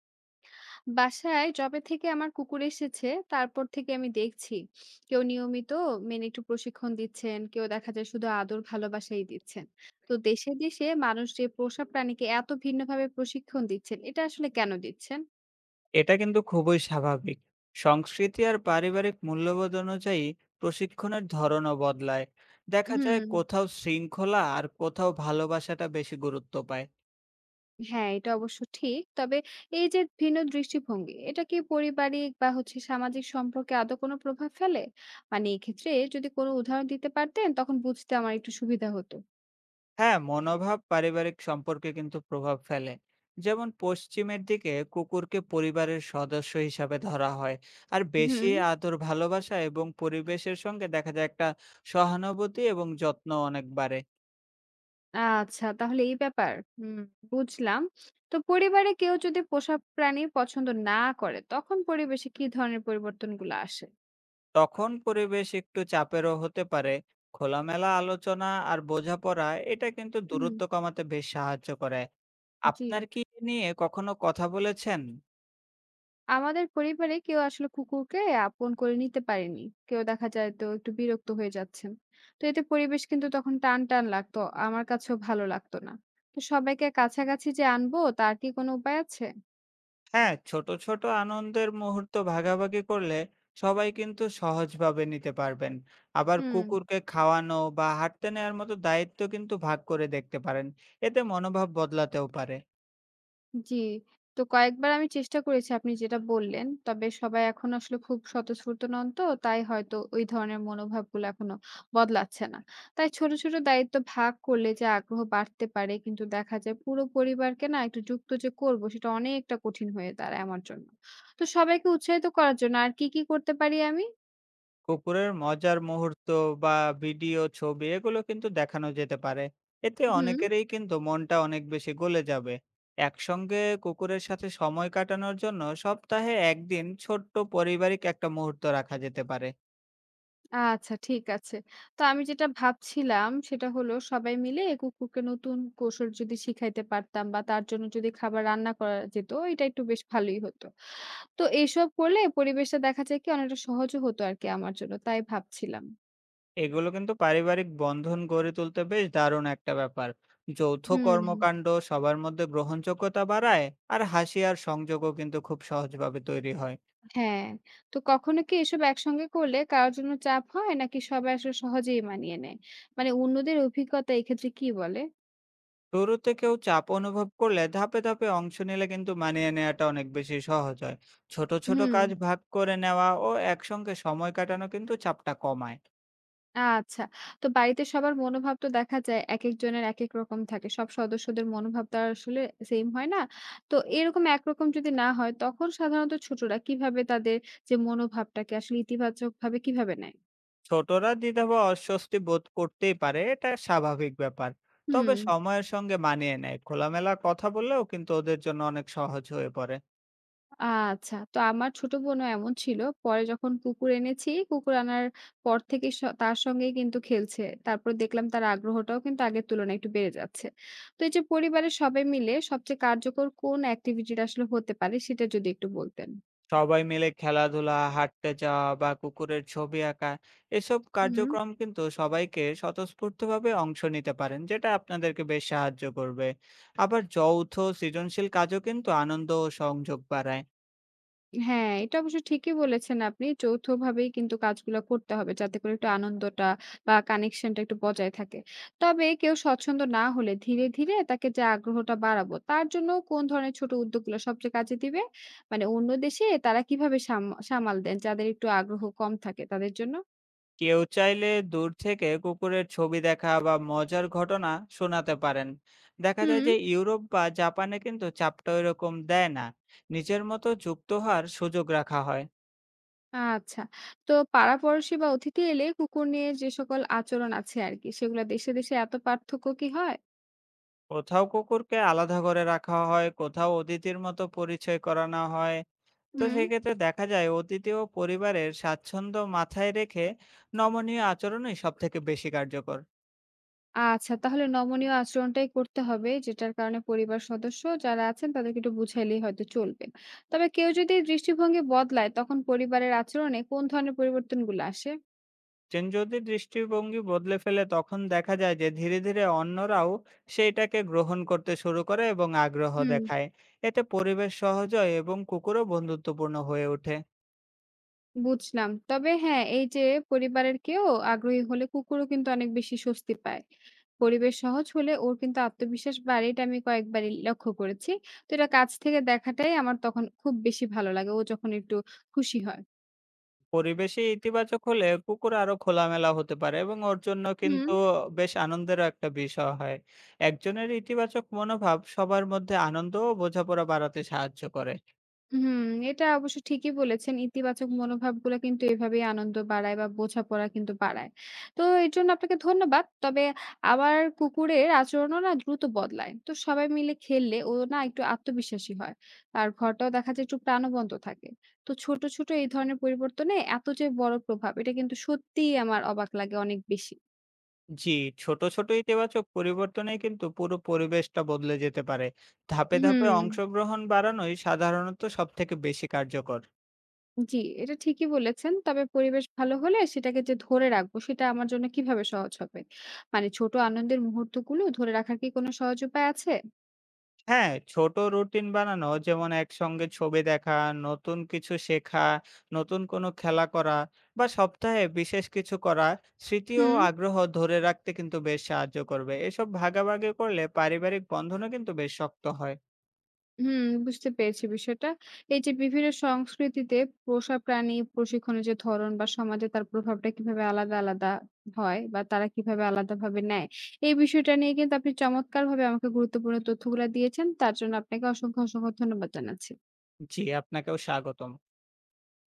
বাসায় যবে থেকে আমার কুকুর এসেছে তারপর থেকে আমি দেখছি কেউ নিয়মিত মেনে একটু প্রশিক্ষণ দিচ্ছেন কেউ দেখা যায় শুধু আদর ভালোবাসাই দিচ্ছেন। তো দেশে দেশে মানুষ যে পোষা প্রাণীকে এত ভিন্নভাবে প্রশিক্ষণ দিচ্ছেন এটা আসলে কেন দিচ্ছেন? এটা কিন্তু খুবই স্বাভাবিক সংস্কৃতি আর পারিবারিক মূল্যবোধ অনুযায়ী প্রশিক্ষণের ধরনও বদলায়। দেখা যায় হুম। কোথাও শৃঙ্খলা আর কোথাও ভালোবাসাটা বেশি গুরুত্ব পায়। হ্যাঁ, এটা অবশ্য ঠিক। তবে এই যে ভিন্ন দৃষ্টিভঙ্গি, এটা কি পারিবারিক বা হচ্ছে সামাজিক সম্পর্কে আদৌ কোনো প্রভাব ফেলে? মানে এক্ষেত্রে যদি কোনো উদাহরণ দিতে পারতেন তখন বুঝতে আমার একটু সুবিধা হতো। হ্যাঁ, মনোভাব পারিবারিক সম্পর্কে কিন্তু প্রভাব ফেলে। যেমন পশ্চিমের দিকে কুকুরকে পরিবারের সদস্য হিসাবে ধরা হয়, আর বেশি হুম। আদর ভালোবাসা এবং পরিবেশের সঙ্গে দেখা যায় একটা সহানুভূতি এবং যত্ন অনেক বাড়ে। আচ্ছা, তাহলে এই ব্যাপার। হুম, বুঝলাম। তো পরিবারে কেউ যদি পোষা প্রাণী পছন্দ না করে, তখন পরিবেশে কি ধরনের পরিবর্তনগুলো আসে? তখন পরিবেশ একটু চাপেরও হতে পারে। খোলামেলা আলোচনা আর বোঝাপড়া এটা কিন্তু হুম, দূরত্ব কমাতে বেশ সাহায্য করে। জি। আপনার কি এ নিয়ে কখনো কথা বলেছেন? আমাদের পরিবারে কেউ আসলে কুকুরকে আপন করে নিতে পারেনি। কেউ দেখা যায় তো একটু বিরক্ত হয়ে যাচ্ছেন। তো এতে পরিবেশ কিন্তু তখন টান, টান লাগতো। আমার কাছেও ভালো লাগতো না। তো সবাইকে কাছাকাছি যে আনবো, তার কি কোনো উপায় আছে? হ্যাঁ, ছোট, ছোট আনন্দের মুহূর্ত ভাগাভাগি করলে সবাই কিন্তু সহজভাবে নিতে পারবেন। আবার হুম। কুকুরকে খাওয়ানো বা হাঁটতে নেওয়ার মতো দায়িত্ব কিন্তু ভাগ করে দেখতে পারেন। এতে মনোভাব বদলাতেও পারে। জি। তো কয়েকবার আমি চেষ্টা করেছি আপনি যেটা বললেন। তবে সবাই এখন আসলে খুব স্বতঃস্ফূর্ত নন তো, তাই হয়তো ওই ধরনের মনোভাবগুলো এখনো বদলাচ্ছে না। তাই ছোট, ছোট দায়িত্ব ভাগ করলে যে আগ্রহ বাড়তে পারে, কিন্তু দেখা যায় পুরো পরিবারকে না একটু যুক্ত যে করব সেটা অনেকটা কঠিন হয়ে দাঁড়ায় আমার জন্য। তো সবাইকে উৎসাহিত করার জন্য আর কি, কি করতে পারি আমি? কুকুরের মজার মুহূর্ত বা ভিডিও ছবি এগুলো কিন্তু দেখানো যেতে পারে, এতে হুম। অনেকেরই কিন্তু মনটা অনেক বেশি গলে যাবে। একসঙ্গে কুকুরের সাথে সময় কাটানোর জন্য সপ্তাহে একদিন ছোট্ট পারিবারিক একটা মুহূর্ত রাখা যেতে পারে। আচ্ছা, ঠিক আছে। তো আমি যেটা ভাবছিলাম সেটা হলো সবাই মিলে কুকুরকে নতুন কৌশল যদি শিখাইতে পারতাম বা তার জন্য যদি খাবার রান্না করা যেত, এটা একটু বেশ ভালোই হতো। তো এসব করলে পরিবেশটা দেখা যায় কি অনেকটা সহজও হতো আরকি আমার জন্য। তাই ভাবছিলাম। এগুলো কিন্তু পারিবারিক বন্ধন গড়ে তুলতে বেশ দারুণ একটা ব্যাপার। যৌথ হুম, কর্মকাণ্ড সবার মধ্যে গ্রহণযোগ্যতা বাড়ায়, আর হাসি আর সংযোগও কিন্তু খুব সহজভাবে তৈরি হয়। হ্যাঁ। তো কখনো কি এসব একসঙ্গে করলে কারো জন্য চাপ হয় নাকি সবাই আসলে সহজেই মানিয়ে নেয়? মানে অন্যদের অভিজ্ঞতা এক্ষেত্রে কি বলে? শুরুতে কেউ চাপ অনুভব করলে ধাপে ধাপে অংশ নিলে কিন্তু মানিয়ে নেওয়াটা অনেক বেশি সহজ হয়। ছোট ছোট হুম। কাজ ভাগ করে নেওয়া ও একসঙ্গে সময় কাটানো কিন্তু চাপটা কমায়। আচ্ছা। তো বাড়িতে সবার মনোভাব তো দেখা যায় একেকজনের একেক রকম থাকে। সব সদস্যদের মনোভাব তো আর আসলে সেইম হয় না। তো এরকম একরকম যদি না হয় তখন সাধারণত ছোটরা কিভাবে তাদের মনোভাবটাকে ইতিবাচকভাবে কিভাবে নেয়? ছোটরা দ্বিধা বা অস্বস্তি বোধ করতেই পারে, এটা স্বাভাবিক ব্যাপার। তবে হুম। সময়ের সঙ্গে মানিয়ে নেয়, খোলামেলা কথা বললেও কিন্তু ওদের জন্য অনেক সহজ হয়ে পড়ে। আচ্ছা। তো আমার ছোট বোনও এমন ছিল। পরে যখন কুকুর এনেছি, কুকুর আনার পর থেকে তার সঙ্গেই কিন্তু খেলছে। তারপর দেখলাম তার আগ্রহটাও কিন্তু আগের তুলনায় একটু বেড়ে যাচ্ছে। তো এই যে পরিবারের সবাই মিলে সবচেয়ে কার্যকর কোন activity টা আসলে হতে পারে সেটা যদি একটু বলতেন? সবাই মিলে খেলাধুলা, হাঁটতে যাওয়া বা কুকুরের ছবি আঁকা এসব হুম। কার্যক্রম কিন্তু সবাইকে স্বতঃস্ফূর্তভাবে অংশ নিতে পারেন, যেটা আপনাদেরকে বেশ সাহায্য করবে। আবার যৌথ সৃজনশীল কাজও কিন্তু আনন্দ ও সংযোগ বাড়ায়। হ্যাঁ, এটা অবশ্য ঠিকই বলেছেন আপনি। যৌথভাবেই কিন্তু কাজগুলা করতে হবে যাতে করে একটু আনন্দটা বা কানেকশনটা একটু বজায় থাকে। তবে কেউ স্বচ্ছন্দ না হলে ধীরে, ধীরে তাকে যে আগ্রহটা বাড়াবো তার জন্য কোন ধরনের ছোট উদ্যোগগুলো সবচেয়ে কাজে দিবে? মানে অন্য দেশে তারা কিভাবে সামাল দেন যাদের একটু আগ্রহ কম থাকে তাদের জন্য? কেউ চাইলে দূর থেকে কুকুরের ছবি দেখা বা মজার ঘটনা শোনাতে পারেন। দেখা যায় হুম। যে ইউরোপ বা জাপানে কিন্তু চাপটা ওইরকম দেয় না। নিজের মতো যুক্ত হওয়ার সুযোগ রাখা হয়। আচ্ছা। তো পাড়া-পড়শি বা অতিথি এলে কুকুর নিয়ে যে সকল আচরণ আছে আরকি সেগুলা দেশে, দেশে এত পার্থক্য কি হয়? কোথাও কুকুরকে আলাদা করে রাখা হয়, কোথাও অতিথির মতো পরিচয় করানো হয়। তো হুম। সেক্ষেত্রে দেখা যায় অতিথি ও পরিবারের স্বাচ্ছন্দ্য মাথায় রেখে নমনীয় আচরণই সব থেকে বেশি কার্যকর। আচ্ছা, তাহলে নমনীয় আচরণটাই করতে হবে, যেটার কারণে পরিবার সদস্য যারা আছেন তাদেরকে একটু বুঝাইলেই হয়তো চলবে। তবে কেউ যদি দৃষ্টিভঙ্গি বদলায়, তখন পরিবারের আচরণে কোন ধরনের পরিবর্তনগুলো আসে? চেন যদি দৃষ্টিভঙ্গি বদলে ফেলে তখন দেখা যায় যে ধীরে ধীরে অন্যরাও সেইটাকে গ্রহণ করতে শুরু করে এবং আগ্রহ হুম। দেখায়। এতে পরিবেশ সহজ হয় এবং কুকুরও বন্ধুত্বপূর্ণ হয়ে ওঠে। বুঝলাম। তবে হ্যাঁ, এই যে পরিবারের কেউ আগ্রহী হলে কুকুরও কিন্তু অনেক বেশি স্বস্তি পায়। পরিবেশ সহজ হলে ওর কিন্তু আত্মবিশ্বাস বাড়ে, এটা আমি কয়েকবারই লক্ষ্য করেছি। তো এটা কাছ থেকে দেখাটাই আমার তখন খুব বেশি ভালো লাগে। ও যখন একটু খুশি হয়। পরিবেশে ইতিবাচক হলে কুকুর আরো খোলামেলা হতে পারে এবং ওর জন্য হুম। কিন্তু বেশ আনন্দেরও একটা বিষয় হয়। একজনের ইতিবাচক মনোভাব সবার মধ্যে আনন্দ ও বোঝাপড়া বাড়াতে সাহায্য করে। হুম, এটা অবশ্য ঠিকই বলেছেন। ইতিবাচক মনোভাবগুলো কিন্তু এভাবেই আনন্দ বাড়ায় বা বোঝাপড়া কিন্তু বাড়ায়। তো এর জন্য আপনাকে ধন্যবাদ। তবে আমার কুকুরের আচরণও না দ্রুত বদলায়। তো সবাই মিলে খেললে ও না একটু আত্মবিশ্বাসী হয়। আর ঘরটাও দেখা যায় একটু প্রাণবন্ত থাকে। তো ছোট, ছোট এই ধরনের পরিবর্তনে এত যে বড় প্রভাব এটা কিন্তু সত্যিই আমার অবাক লাগে অনেক বেশি। জি, ছোট ছোট ইতিবাচক পরিবর্তনে কিন্তু পুরো পরিবেশটা বদলে যেতে পারে। ধাপে ধাপে হুম। অংশগ্রহণ বাড়ানোই সাধারণত সব থেকে বেশি কার্যকর। জি, এটা ঠিকই বলেছেন। তবে পরিবেশ ভালো হলে সেটাকে যে ধরে রাখবো সেটা আমার জন্য কিভাবে সহজ হবে? মানে ছোট আনন্দের মুহূর্তগুলো ধরে রাখার কি কোনো সহজ উপায় আছে? হ্যাঁ, ছোট রুটিন বানানো, যেমন একসঙ্গে ছবি দেখা, নতুন কিছু শেখা, নতুন কোনো খেলা করা বা সপ্তাহে বিশেষ কিছু করা স্মৃতি ও হুম। আগ্রহ ধরে রাখতে কিন্তু বেশ সাহায্য করবে। এসব ভাগাভাগি করলে পারিবারিক বন্ধনও কিন্তু বেশ শক্ত হয়। হুম, বুঝতে পেরেছি বিষয়টা। এই যে বিভিন্ন সংস্কৃতিতে পোষা প্রাণী প্রশিক্ষণের যে ধরন বা সমাজে তার প্রভাবটা কিভাবে আলাদা আলাদা হয় বা তারা কিভাবে আলাদাভাবে নেয় এই বিষয়টা নিয়ে কিন্তু আপনি চমৎকারভাবে আমাকে গুরুত্বপূর্ণ তথ্যগুলা দিয়েছেন। তার জন্য আপনাকে অসংখ্য অসংখ্য ধন্যবাদ জানাচ্ছি। জি, আপনাকেও স্বাগতম।